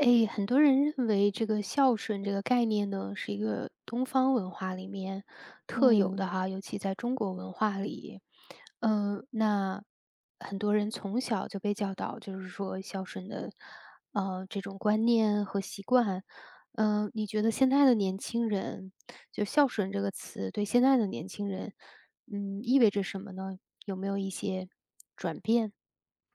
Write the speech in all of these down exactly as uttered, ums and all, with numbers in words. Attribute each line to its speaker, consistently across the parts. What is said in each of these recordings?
Speaker 1: 诶，很多人认为这个孝顺这个概念呢，是一个东方文化里面特有
Speaker 2: 嗯，
Speaker 1: 的哈，尤其在中国文化里，嗯，那很多人从小就被教导，就是说孝顺的，呃，这种观念和习惯。嗯、你觉得现在的年轻人，就孝顺这个词对现在的年轻人，嗯，意味着什么呢？有没有一些转变？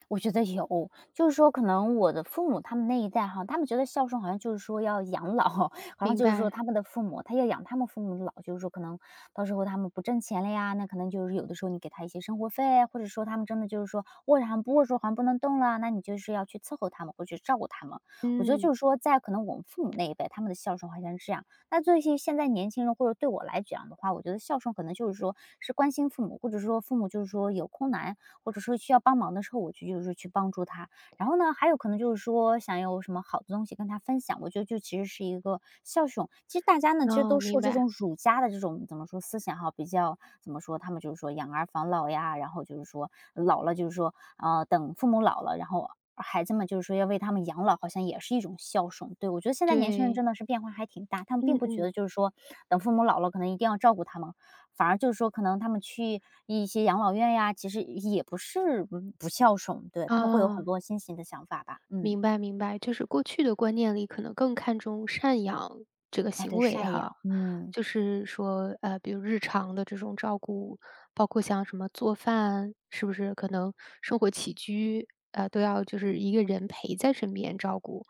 Speaker 2: 我觉得有，就是说可能我的父母他们那一代哈，他们觉得孝顺好像就是说要养老，好像
Speaker 1: 明
Speaker 2: 就是说
Speaker 1: 白。
Speaker 2: 他们的父母，他要养他们父母的老，就是说可能到时候他们不挣钱了呀，那可能就是有的时候你给他一些生活费，或者说他们真的就是说卧着还不说好像不能动了，那你就是要去伺候他们，或者去照顾他们。我觉得
Speaker 1: 嗯。
Speaker 2: 就是说，在可能我们父母那一辈，他们的孝顺好像是这样。那对于现在年轻人或者对我来讲的话，我觉得孝顺可能就是说是关心父母，或者说父母就是说有困难或者说需要帮忙的时候，我去就是去帮助他。然后呢，还有可能就是说想有什么好的东西跟他分享，我觉得就其实是一个孝顺。其实大家呢，其实都
Speaker 1: 哦，
Speaker 2: 受
Speaker 1: 明
Speaker 2: 这种
Speaker 1: 白。
Speaker 2: 儒家的这种怎么说思想哈，比较怎么说，他们就是说养儿防老呀，然后就是说老了就是说呃等父母老了，然后。孩子们就是说要为他们养老，好像也是一种孝顺。对我觉得现在年轻人
Speaker 1: 对。
Speaker 2: 真的是变化还挺大，他们并
Speaker 1: 嗯
Speaker 2: 不觉
Speaker 1: 嗯。
Speaker 2: 得就是说等父母老了可能一定要照顾他们，反而就是说可能他们去一些养老院呀，其实也不是嗯不孝顺，对，他们会有很
Speaker 1: 啊，
Speaker 2: 多新型的想法吧，嗯，
Speaker 1: 明白明白，就是过去的观念里可能更看重赡养这个
Speaker 2: 哎，
Speaker 1: 行
Speaker 2: 对，
Speaker 1: 为
Speaker 2: 赡
Speaker 1: 哈，
Speaker 2: 养，嗯
Speaker 1: 就是说，呃，比如日常的这种照顾，包括像什么做饭，是不是可能生活起居，呃，都要就是一个人陪在身边照顾。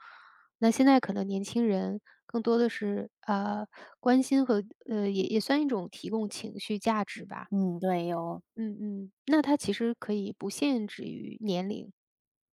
Speaker 1: 那现在可能年轻人更多的是呃关心和呃也也算一种提供情绪价值吧，
Speaker 2: 嗯，对，有。
Speaker 1: 嗯嗯，那它其实可以不限制于年龄。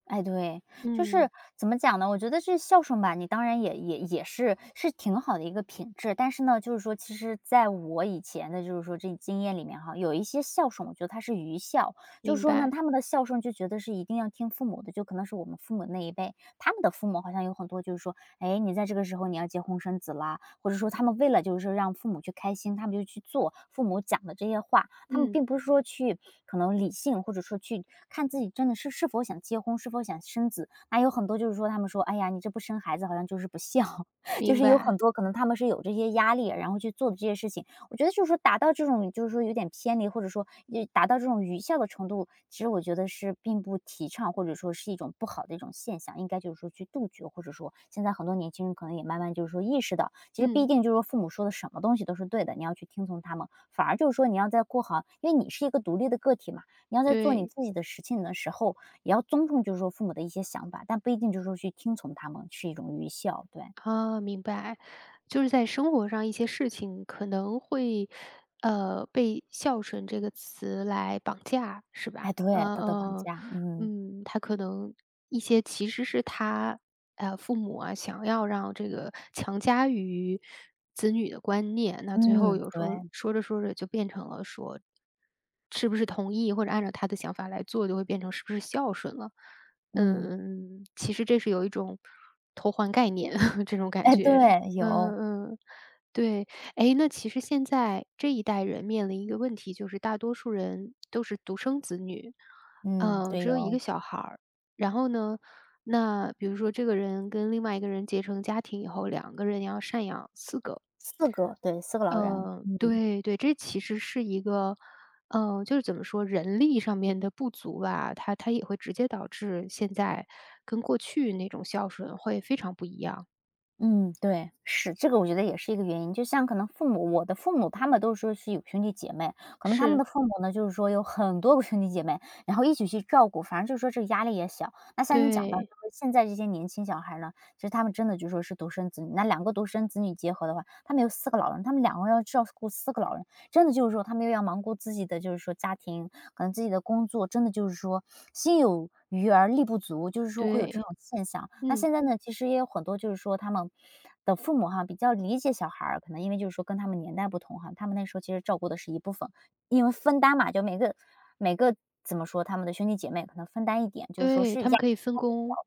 Speaker 2: 哎，对，就是
Speaker 1: 嗯。
Speaker 2: 怎么讲呢？我觉得这孝顺吧，你当然也也也是是挺好的一个品质。但是呢，就是说，其实在我以前的，就是说这经验里面哈，有一些孝顺，我觉得他是愚孝，就是
Speaker 1: 明
Speaker 2: 说呢，
Speaker 1: 白。
Speaker 2: 他们的孝顺就觉得是一定要听父母的，就可能是我们父母那一辈，他们的父母好像有很多就是说，哎，你在这个时候你要结婚生子啦，或者说他们为了就是说让父母去开心，他们就去做父母讲的这些话，他们
Speaker 1: 嗯。
Speaker 2: 并不是说去可能理性，或者说去看自己真的是是否想结婚，是否想生子。那有很多就是说他们说，哎呀，你这不生孩子好像就是不孝，就
Speaker 1: 明
Speaker 2: 是有很
Speaker 1: 白。
Speaker 2: 多可能他们是有这些压力，然后去做的这些事情。我觉得就是说达到这种就是说有点偏离，或者说也达到这种愚孝的程度，其实我觉得是并不提倡，或者说是一种不好的一种现象，应该就是说去杜绝，或者说现在很多年轻人可能也慢慢就是说意识到，其实不一
Speaker 1: 嗯。
Speaker 2: 定就是说父母说的什么东西都是对的，你要去听从他们，反而就是说你要在过好，因为你是一个独立的个体嘛，你要在做你
Speaker 1: 对。
Speaker 2: 自己的事情的时候，也要尊重就是说父母的一些想法，但不一定就是说去听从他们是一种愚孝，对。
Speaker 1: 啊，明白。就是在生活上一些事情可能会，呃，被“孝顺”这个词来绑架，是吧？
Speaker 2: 哎，对，
Speaker 1: 嗯
Speaker 2: 道德绑
Speaker 1: 嗯
Speaker 2: 架，嗯，
Speaker 1: 嗯，他可能一些其实是他，呃，父母啊，想要让这个强加于子女的观念，那最后
Speaker 2: 嗯，
Speaker 1: 有时候
Speaker 2: 对，
Speaker 1: 说着说着就变成了说，是不是同意或者按照他的想法来做，就会变成是不是孝顺了。嗯嗯
Speaker 2: 嗯。
Speaker 1: 嗯，其实这是有一种偷换概念 这种感
Speaker 2: 哎，对，
Speaker 1: 觉。
Speaker 2: 有，
Speaker 1: 嗯嗯。对。哎，那其实现在这一代人面临一个问题，就是大多数人都是独生子女。
Speaker 2: 嗯，
Speaker 1: 嗯，
Speaker 2: 对，
Speaker 1: 只有一个
Speaker 2: 有。
Speaker 1: 小孩儿。然后呢，那比如说这个人跟另外一个人结成家庭以后，两个人要赡养四个。
Speaker 2: 四个，对四个老人。
Speaker 1: 嗯，
Speaker 2: 嗯，
Speaker 1: 对对，这其实是一个，嗯，就是怎么说，人力上面的不足吧，它它也会直接导致现在跟过去那种孝顺会非常不一样。
Speaker 2: 嗯，对，是，这个我觉得也是一个原因。就像可能父母我的父母他们都说是有兄弟姐妹，可能他们
Speaker 1: 是。
Speaker 2: 的父母呢，就是说有很多个兄弟姐妹，然后一起去照顾，反正就是说这个压力也小。那像你讲到就
Speaker 1: 对
Speaker 2: 是现在这些年轻小孩呢，其实他们真的就说是独生子女，那两个独生子女结合的话，他们有四个老人，他们两个要照顾四个老人，真的就是说他们又要忙顾自己的就是说家庭，可能自己的工作，真的就是说心有余而力不足，就是说会有这
Speaker 1: 对。
Speaker 2: 种现象。那
Speaker 1: 嗯。
Speaker 2: 现在呢，其实也有很多就是说他们的父母哈比较理解小孩儿可能因为就是说跟他们年代不同哈，他们那时候其实照顾的是一部分，因为分担嘛，就每个每个怎么说，他们的兄弟姐妹可能分担一点，就是说
Speaker 1: 对，
Speaker 2: 是
Speaker 1: 他
Speaker 2: 压
Speaker 1: 们可以分工。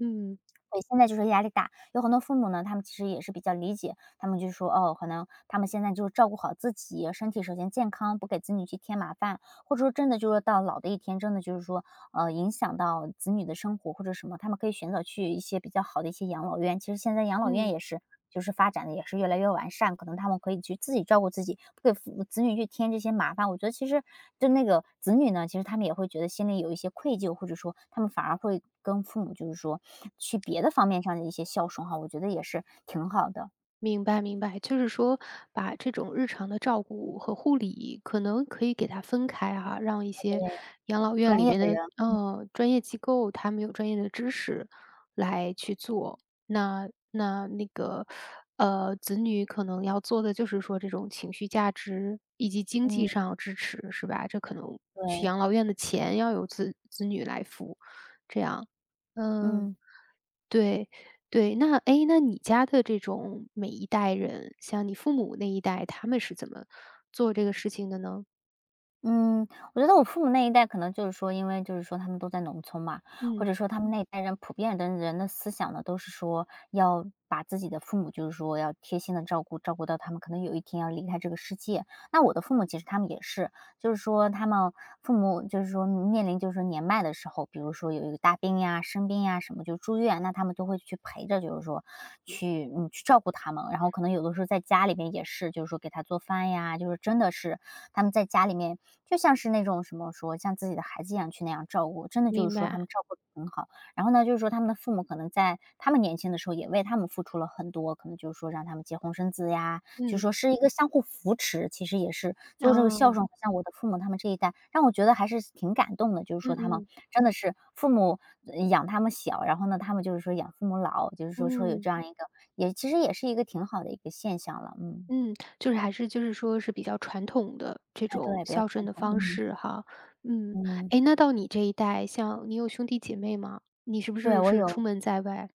Speaker 1: 嗯
Speaker 2: 对，现在就是压力大，有很多父母呢，他们其实也是比较理解，他们就说，哦，可能他们现在就是照顾好自己，身体首先健康，不给子女去添麻烦，或者说真的就是到老的一天，真的就是说，呃，影响到子女的生活或者什么，他们可以选择去一些比较好的一些养老院。其实现在养老院
Speaker 1: 嗯。
Speaker 2: 也是，就是发展的也是越来越完善，可能他们可以去自己照顾自己，不给父子女去添这些麻烦。我觉得其实就那个子女呢，其实他们也会觉得心里有一些愧疚，或者说他们反而会跟父母就是说去别的方面上的一些孝顺哈，我觉得也是挺好的。
Speaker 1: 明白明白，就是说把这种日常的照顾和护理，可能可以给它分开哈、让一些
Speaker 2: 对，
Speaker 1: 养老院
Speaker 2: 专
Speaker 1: 里
Speaker 2: 业
Speaker 1: 边
Speaker 2: 的人，
Speaker 1: 的呃专业机构，他们有专业的知识来去做。那那那个呃，子女可能要做的就是说这种情绪价值以及经济
Speaker 2: 嗯，
Speaker 1: 上支持，是吧？这可能去
Speaker 2: 对，
Speaker 1: 养老院的钱要由子子女来付，这样。嗯。
Speaker 2: 嗯。
Speaker 1: 对。对，那哎，那你家的这种每一代人，像你父母那一代，他们是怎么做这个事情的呢？
Speaker 2: 嗯，我觉得我父母那一代可能就是说，因为就是说他们都在农村嘛，或
Speaker 1: 嗯，
Speaker 2: 者说他们那一代人普遍的人的思想呢，都是说要把自己的父母，就是说要贴心的照顾，照顾到他们可能有一天要离开这个世界。那我的父母其实他们也是，就是说他们父母就是说面临就是说年迈的时候，比如说有一个大病呀、生病呀什么就住院，那他们都会去陪着，就是说去嗯去照顾他们。然后可能有的时候在家里面也是，就是说给他做饭呀，就是真的是他们在家里面就像是那种什么说像自己的孩子一样去那样照顾，真的就
Speaker 1: 明
Speaker 2: 是说他
Speaker 1: 白。
Speaker 2: 们照顾得很好。然后呢，就是说他们的父母可能在他们年轻的时候也为他们付出了很多，可能就是说让他们结婚生子呀，就
Speaker 1: 嗯。
Speaker 2: 是说是一个相互扶持，其实也是最后这个孝
Speaker 1: 哦。
Speaker 2: 顺，像我的父母他们这一代，让我觉得还是挺感动的。就是说
Speaker 1: 嗯
Speaker 2: 他们
Speaker 1: 嗯。
Speaker 2: 真的是父母呃养他们小，然后呢，他们就是说养父母老，就是说说有这
Speaker 1: 嗯。
Speaker 2: 样一个也其实也是一个挺好的一个现象了，嗯。
Speaker 1: 嗯，就是还是就是说是比较传统的这
Speaker 2: 哎，
Speaker 1: 种
Speaker 2: 对，比较
Speaker 1: 孝顺
Speaker 2: 传
Speaker 1: 的
Speaker 2: 统，
Speaker 1: 方
Speaker 2: 嗯，
Speaker 1: 式哈。嗯。
Speaker 2: 嗯，
Speaker 1: 哎，那到你这一代，像你有兄弟姐妹吗？你是不
Speaker 2: 对，
Speaker 1: 是
Speaker 2: 我
Speaker 1: 是出
Speaker 2: 有。
Speaker 1: 门在外？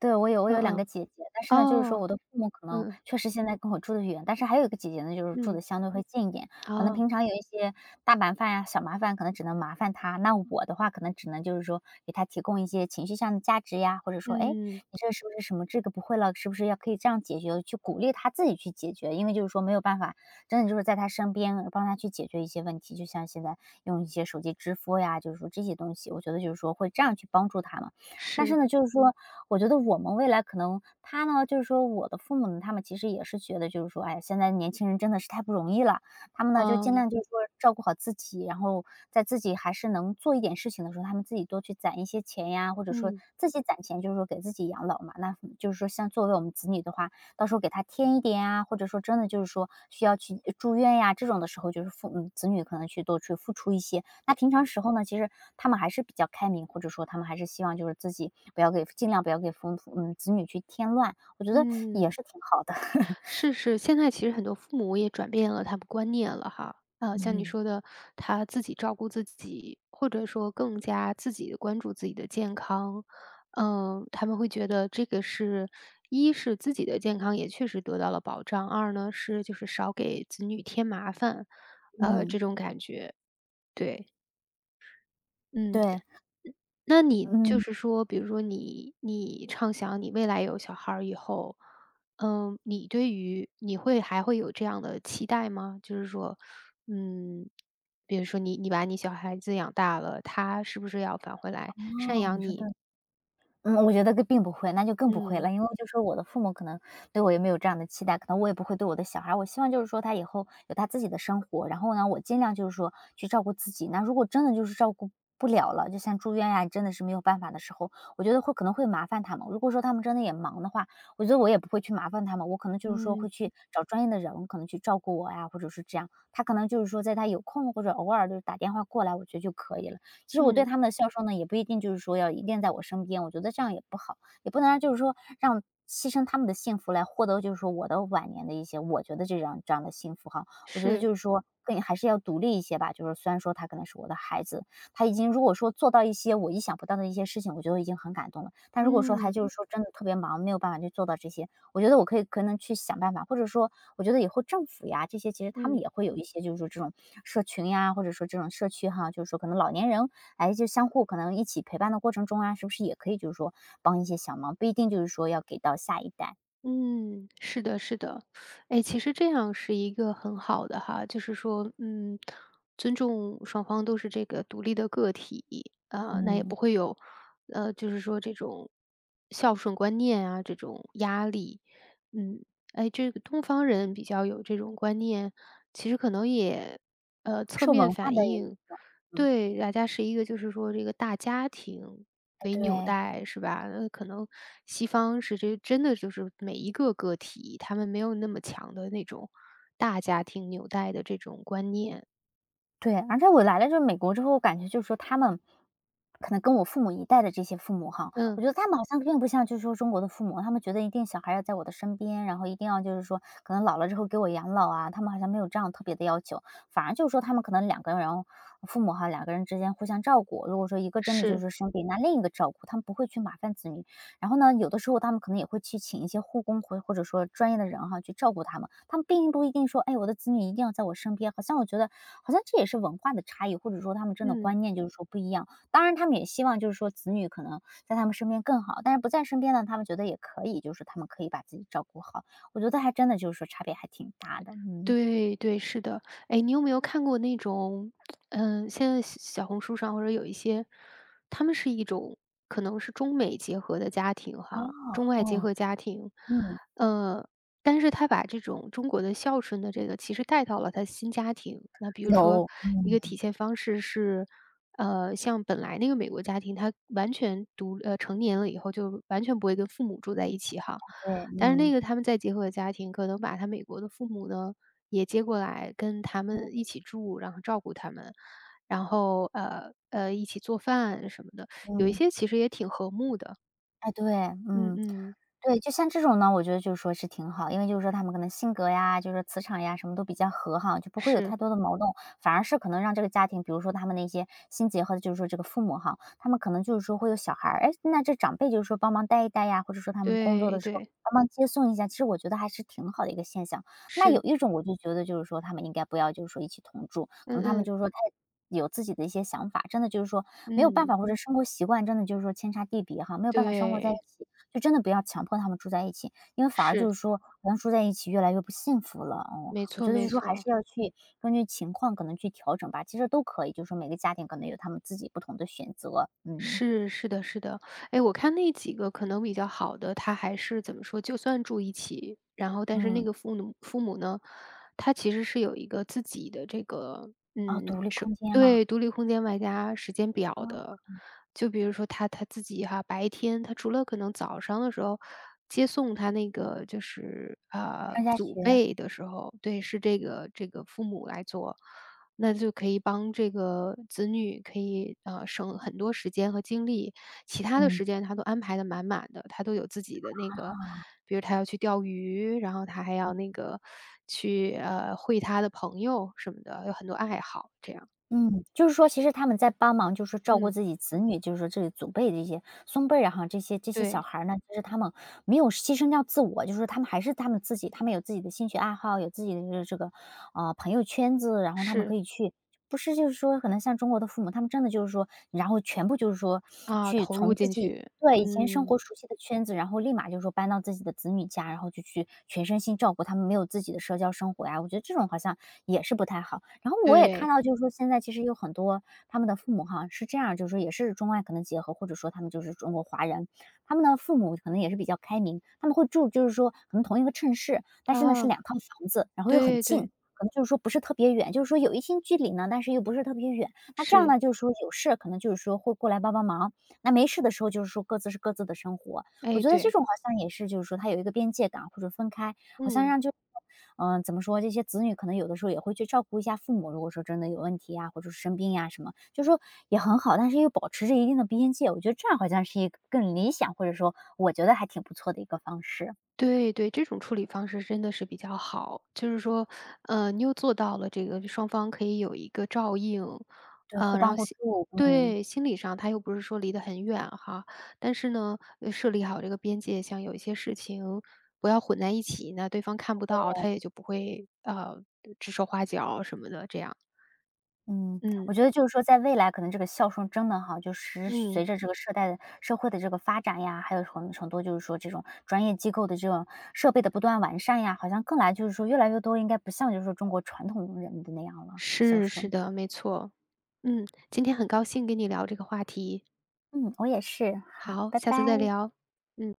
Speaker 2: 对，我有我
Speaker 1: 嗯
Speaker 2: 有两个
Speaker 1: 嗯。
Speaker 2: 姐姐，但是呢，就是说
Speaker 1: 哦。
Speaker 2: 我的父母可能
Speaker 1: 嗯
Speaker 2: 确实现在跟我住的远，但是还有一个姐姐呢，就是住
Speaker 1: 嗯。
Speaker 2: 的相对会近一点，可能
Speaker 1: 哦。
Speaker 2: 平常有一些大麻烦呀、小麻烦，可能只能麻烦她，那我的话可能只能就是说给她提供一些情绪上的价值呀，或者说，哎，你
Speaker 1: 嗯。
Speaker 2: 这个是不是什么这个不会了，是不是要可以这样解决，去鼓励她自己去解决，因为就是说没有办法，真的就是在她身边帮她去解决一些问题，就像现在用一些手机支付呀，就是说这些东西，我觉得就是说会这样去帮助她嘛。但是
Speaker 1: 是。
Speaker 2: 呢，就是说我觉得我们未来可能他呢，就是说我的父母呢，他们其实也是觉得就是说，哎，现在年轻人真的是太不容易了，他们呢就尽
Speaker 1: 哦。
Speaker 2: 量就是说照顾好自己，然后在自己还是能做一点事情的时候，他们自己多去攒一些钱呀，或者说
Speaker 1: 嗯
Speaker 2: 自己攒钱，就是说给自己养老嘛。那嗯就是说，像作为我们子女的话，到时候给他添一点啊，或者说真的就是说需要去呃住院呀这种的时候，就是父母子女可能去多去付出一些，那平常时候呢，其实他们还是比较开明，或者说他们还是希望就是自己不要给尽量不要给父母嗯，子女去添乱，我觉得
Speaker 1: 嗯。
Speaker 2: 也是挺好的。
Speaker 1: 是是，现在其实很多父母也转变了他们观念了哈，啊，像你
Speaker 2: 嗯。
Speaker 1: 说的，他自己照顾自己，或者说更加自己的关注自己的健康。嗯，他们会觉得这个是一是自己的健康也确实得到了保障，二呢是就是少给子女添麻烦，呃，
Speaker 2: 嗯，
Speaker 1: 这种感觉。对。嗯。
Speaker 2: 对，
Speaker 1: 那你就
Speaker 2: 嗯，
Speaker 1: 是说，比如说你你畅想你未来有小孩儿以后，嗯，你对于你会还会有这样的期待吗？就是说，嗯，比如说你你把你小孩子养大了，他是不是要返回来赡
Speaker 2: 哦，你
Speaker 1: 养
Speaker 2: 说对。
Speaker 1: 你？
Speaker 2: 嗯，我觉得更并不会，那就更不会
Speaker 1: 嗯
Speaker 2: 了。因为就说我的父母可能对我也没有这样的期待，可能我也不会对我的小孩儿我希望就是说他以后有他自己的生活，然后呢，我尽量就是说去照顾自己。那如果真的就是照顾不了了，就像住院呀、真的是没有办法的时候，我觉得会可能会麻烦他们。如果说他们真的也忙的话，我觉得我也不会去麻烦他们，我可能就是说
Speaker 1: 嗯
Speaker 2: 会去找专业的人，可能去照顾我呀，或者是这样。他可能就是说在他有空或者偶尔就是打电话过来，我觉得就可以了。其实我对
Speaker 1: 嗯。
Speaker 2: 他们的孝顺呢，也不一定就是说要一定在我身边，我觉得这样也不好，也不能让就是说让牺牲他们的幸福来获得，就是说我的晚年的一些我觉得这样这样的幸福哈。我觉得
Speaker 1: 是。
Speaker 2: 就是说更还是要独立一些吧，就是虽然说他可能是我的孩子，他已经如果说做到一些我意想不到的一些事情，我觉得已经很感动了。但如果说他
Speaker 1: 嗯
Speaker 2: 就是说真的特别忙，没有办法去做到这些，我觉得我可以可能去想办法，或者说我觉得以后政府呀这些，其实他们
Speaker 1: 嗯。
Speaker 2: 也会有一些就是说这种社群呀，或者说这种社区哈，就是说可能老年人哎，就相互可能一起陪伴的过程中啊，是不是也可以就是说帮一些小忙，不一定就是说要给到下一代。
Speaker 1: 嗯，是的，是的。哎，其实这样是一个很好的哈，就是说，嗯，尊重双方都是这个独立的个体，啊、那也
Speaker 2: 嗯，
Speaker 1: 不会有，呃，就是说这种孝顺观念啊，这种压力。嗯。哎，这个东方人比较有这种观念，其实可能也，呃，侧
Speaker 2: 受
Speaker 1: 面
Speaker 2: 文化
Speaker 1: 反
Speaker 2: 的影
Speaker 1: 映。
Speaker 2: 嗯，
Speaker 1: 对，大家是一个就是说这个大家庭
Speaker 2: 哎，
Speaker 1: 为纽
Speaker 2: 对。
Speaker 1: 带是吧？那可能西方是这真的就是每一个个体，他们没有那么强的那种大家庭纽带的这种观念。
Speaker 2: 对，而且我来了这美国之后，我感觉就是说他们可能跟我父母一代的这些父母哈，
Speaker 1: 嗯。
Speaker 2: 我觉得他们好像并不像就是说中国的父母，他们觉得一定小孩要在我的身边，然后一定要就是说可能老了之后给我养老啊，他们好像没有这样特别的要求，反而就是说他们可能两个人，然后父母哈两个人之间互相照顾，如果说一个真的就是
Speaker 1: 是。
Speaker 2: 说生病，那另一个照顾，他们不会去麻烦子女然后呢，有的时候他们可能也会去请一些护工或或者说专业的人哈，去照顾他们。他们并不一定说，哎，我的子女一定要在我身边。好像我觉得，好像这也是文化的差异，或者说他们真的
Speaker 1: 嗯。
Speaker 2: 观念就是说不一样。当然，他们也希望就是说子女可能在他们身边更好，但是不在身边呢，他们觉得也可以，就是他们可以把自己照顾好。我觉得还真的就是说差别还挺大的，嗯。
Speaker 1: 对对，是的。哎，你有没有看过那种，嗯，现在小小红书上或者有一些，他们是一种可能是中美结合的家庭
Speaker 2: 哦，
Speaker 1: 哈，中外结
Speaker 2: 哦，
Speaker 1: 合家庭，
Speaker 2: 嗯，
Speaker 1: 呃，但是他把这种中国的孝顺的这个其实带到了他新家庭。那比如说
Speaker 2: 有，
Speaker 1: 一
Speaker 2: 嗯，
Speaker 1: 个体现方式是，呃，像本来那个美国家庭，他完全独呃成年了以后就完全不会跟父母住在一起哈，
Speaker 2: 对，
Speaker 1: 但是那
Speaker 2: 嗯，
Speaker 1: 个他们再结合的家庭，可能把他美国的父母呢。也接过来跟他
Speaker 2: 嗯
Speaker 1: 们一起住，然后照顾他们，然后，呃，呃，一起做饭什么的，有一
Speaker 2: 嗯。
Speaker 1: 些其实也挺和睦的。
Speaker 2: 哎，对，
Speaker 1: 嗯
Speaker 2: 嗯，
Speaker 1: 嗯。
Speaker 2: 对，就像这种呢，我觉得就是说是挺好，因为就是说他们可能性格呀，就是磁场呀，什么都比较和哈，就不会有
Speaker 1: 是。
Speaker 2: 太多的矛盾，反而是可能让这个家庭，比如说他们那些新结合的，就是说这个父母哈，他们可能就是说会有小孩儿，哎，那这长辈就是说帮忙带一带呀，或者说他们工作
Speaker 1: 对
Speaker 2: 的时候
Speaker 1: 对。
Speaker 2: 帮忙接送一下，其实我觉得还是挺好的一个现象。那有
Speaker 1: 是。
Speaker 2: 一种我就觉得就是说他们应该不要就是说一起同住，可
Speaker 1: 嗯
Speaker 2: 能他们
Speaker 1: 嗯。
Speaker 2: 就是说太有自己的一些想法，真的就是说没有办
Speaker 1: 嗯。
Speaker 2: 法，或者生活习惯真的就是说天差地别哈，没有办法生活在一
Speaker 1: 对。
Speaker 2: 起，就真的不要强迫他们住在一起，因为反而
Speaker 1: 是。
Speaker 2: 就是说好像住在一起越来越不幸福了，哦。
Speaker 1: 没
Speaker 2: 我
Speaker 1: 错
Speaker 2: 觉得就
Speaker 1: 没
Speaker 2: 是说还
Speaker 1: 错。
Speaker 2: 是要去根据情况可能去调整吧，其实都可以，就是说每个家庭可能有他们自己不同的选择，嗯，
Speaker 1: 是，是的是的。哎，我看那几个可能比较好的，他还是怎么说，就算住一起，然后但是那
Speaker 2: 嗯，
Speaker 1: 个父母父母呢，他其实是有一个自己的这个
Speaker 2: 哦，
Speaker 1: 嗯，
Speaker 2: 独立空间吗？
Speaker 1: 对，独立空间外加时间表
Speaker 2: 啊，
Speaker 1: 的。就比如说他他自己哈，白天他除了可能早上的时候接送他那个就是，呃，
Speaker 2: 上下
Speaker 1: 祖
Speaker 2: 学，
Speaker 1: 辈的时候，对，是这个这个父母来做，那就可以帮这个子女可以，呃，省很多时间和精力。其他的
Speaker 2: 嗯，
Speaker 1: 时间他都安排的满满的，他都有自己的那个
Speaker 2: 哦。
Speaker 1: 比如他要去钓鱼，然后他还要那个去，呃，会他的朋友什么的，有很多爱好，这样。
Speaker 2: 嗯，就是说其实他们在帮忙，就是照顾
Speaker 1: 嗯。
Speaker 2: 自己子女，就是说这个祖辈的这些孙辈儿啊哈，这些这些小
Speaker 1: 对。
Speaker 2: 孩儿呢，就是他们没有牺牲掉自我，就是说他们还是他们自己，他们有自己的兴趣爱好，有自己的这个这个呃朋友圈子，然后他们
Speaker 1: 是。
Speaker 2: 可以去不是，就是说可能像中国的父母，他们真的就是说，然后全部就是说
Speaker 1: 啊，
Speaker 2: 去
Speaker 1: 投入
Speaker 2: 从自
Speaker 1: 进
Speaker 2: 己
Speaker 1: 去。
Speaker 2: 对，以前生活
Speaker 1: 嗯。
Speaker 2: 熟悉的圈子，然后立马就说搬到自己的子女家，然后就去全身心照顾他们，没有自己的社交生活呀，我觉得这种好像也是不太好。然后我也看
Speaker 1: 对。
Speaker 2: 到就是说现在其实有很多他们的父母哈，是这样，就是说也是中外可能结合，或者说他们就是中国华人，他们的父母可能也是比较开明，他们会住就是说可能同一个城市，但是呢是
Speaker 1: 啊，
Speaker 2: 两套房子，然后又很
Speaker 1: 对
Speaker 2: 近，
Speaker 1: 对。
Speaker 2: 可能就是说不是特别远，就是说有一些距离呢，但是又不是特别远。那这样
Speaker 1: 是。
Speaker 2: 呢，就是说有事可能就是说会过来帮帮忙，那没事的时候就是说各自是各自的生活。我
Speaker 1: 哎，
Speaker 2: 觉得这
Speaker 1: 对。
Speaker 2: 种好像也是就是说它有一个边界感或者分开，好像
Speaker 1: 嗯。
Speaker 2: 让就嗯、呃怎么说？这些子女可能有的时候也会去照顾一下父母，如果说真的有问题呀、或者是生病呀、什么，就是说也很好，但是又保持着一定的边界。我觉得这样好像是一个更理想，或者说我觉得还挺不错的一个方式。
Speaker 1: 对对，这种处理方式真的是比较好，就是说，呃，你又做到了这个双方可以有一个照应，
Speaker 2: 对，互
Speaker 1: 呃，然
Speaker 2: 帮
Speaker 1: 后
Speaker 2: 互
Speaker 1: 心
Speaker 2: 助，嗯。
Speaker 1: 对，心理上他又不是说离得很远哈，但是呢，呃设立好这个边界，像有一些事情不要混在一起，那对方看不到，他也就不会，呃，指手画脚什么的这样。
Speaker 2: 嗯，我
Speaker 1: 嗯。
Speaker 2: 觉得就是说在未来可能这个孝顺真的哈，就是
Speaker 1: 嗯，
Speaker 2: 随着这个社代的社会的这个发展呀，还有很很多就是说这种专业机构的这种设备的不断完善呀，好像更来就是说越来越多应该不像就是说中国传统人的那样了，孝
Speaker 1: 是是
Speaker 2: 顺。
Speaker 1: 的，没错。嗯，今天很高兴跟你聊这个话题。
Speaker 2: 嗯，我也是，好，
Speaker 1: 好，
Speaker 2: 拜
Speaker 1: 下
Speaker 2: 拜。
Speaker 1: 次再聊。嗯。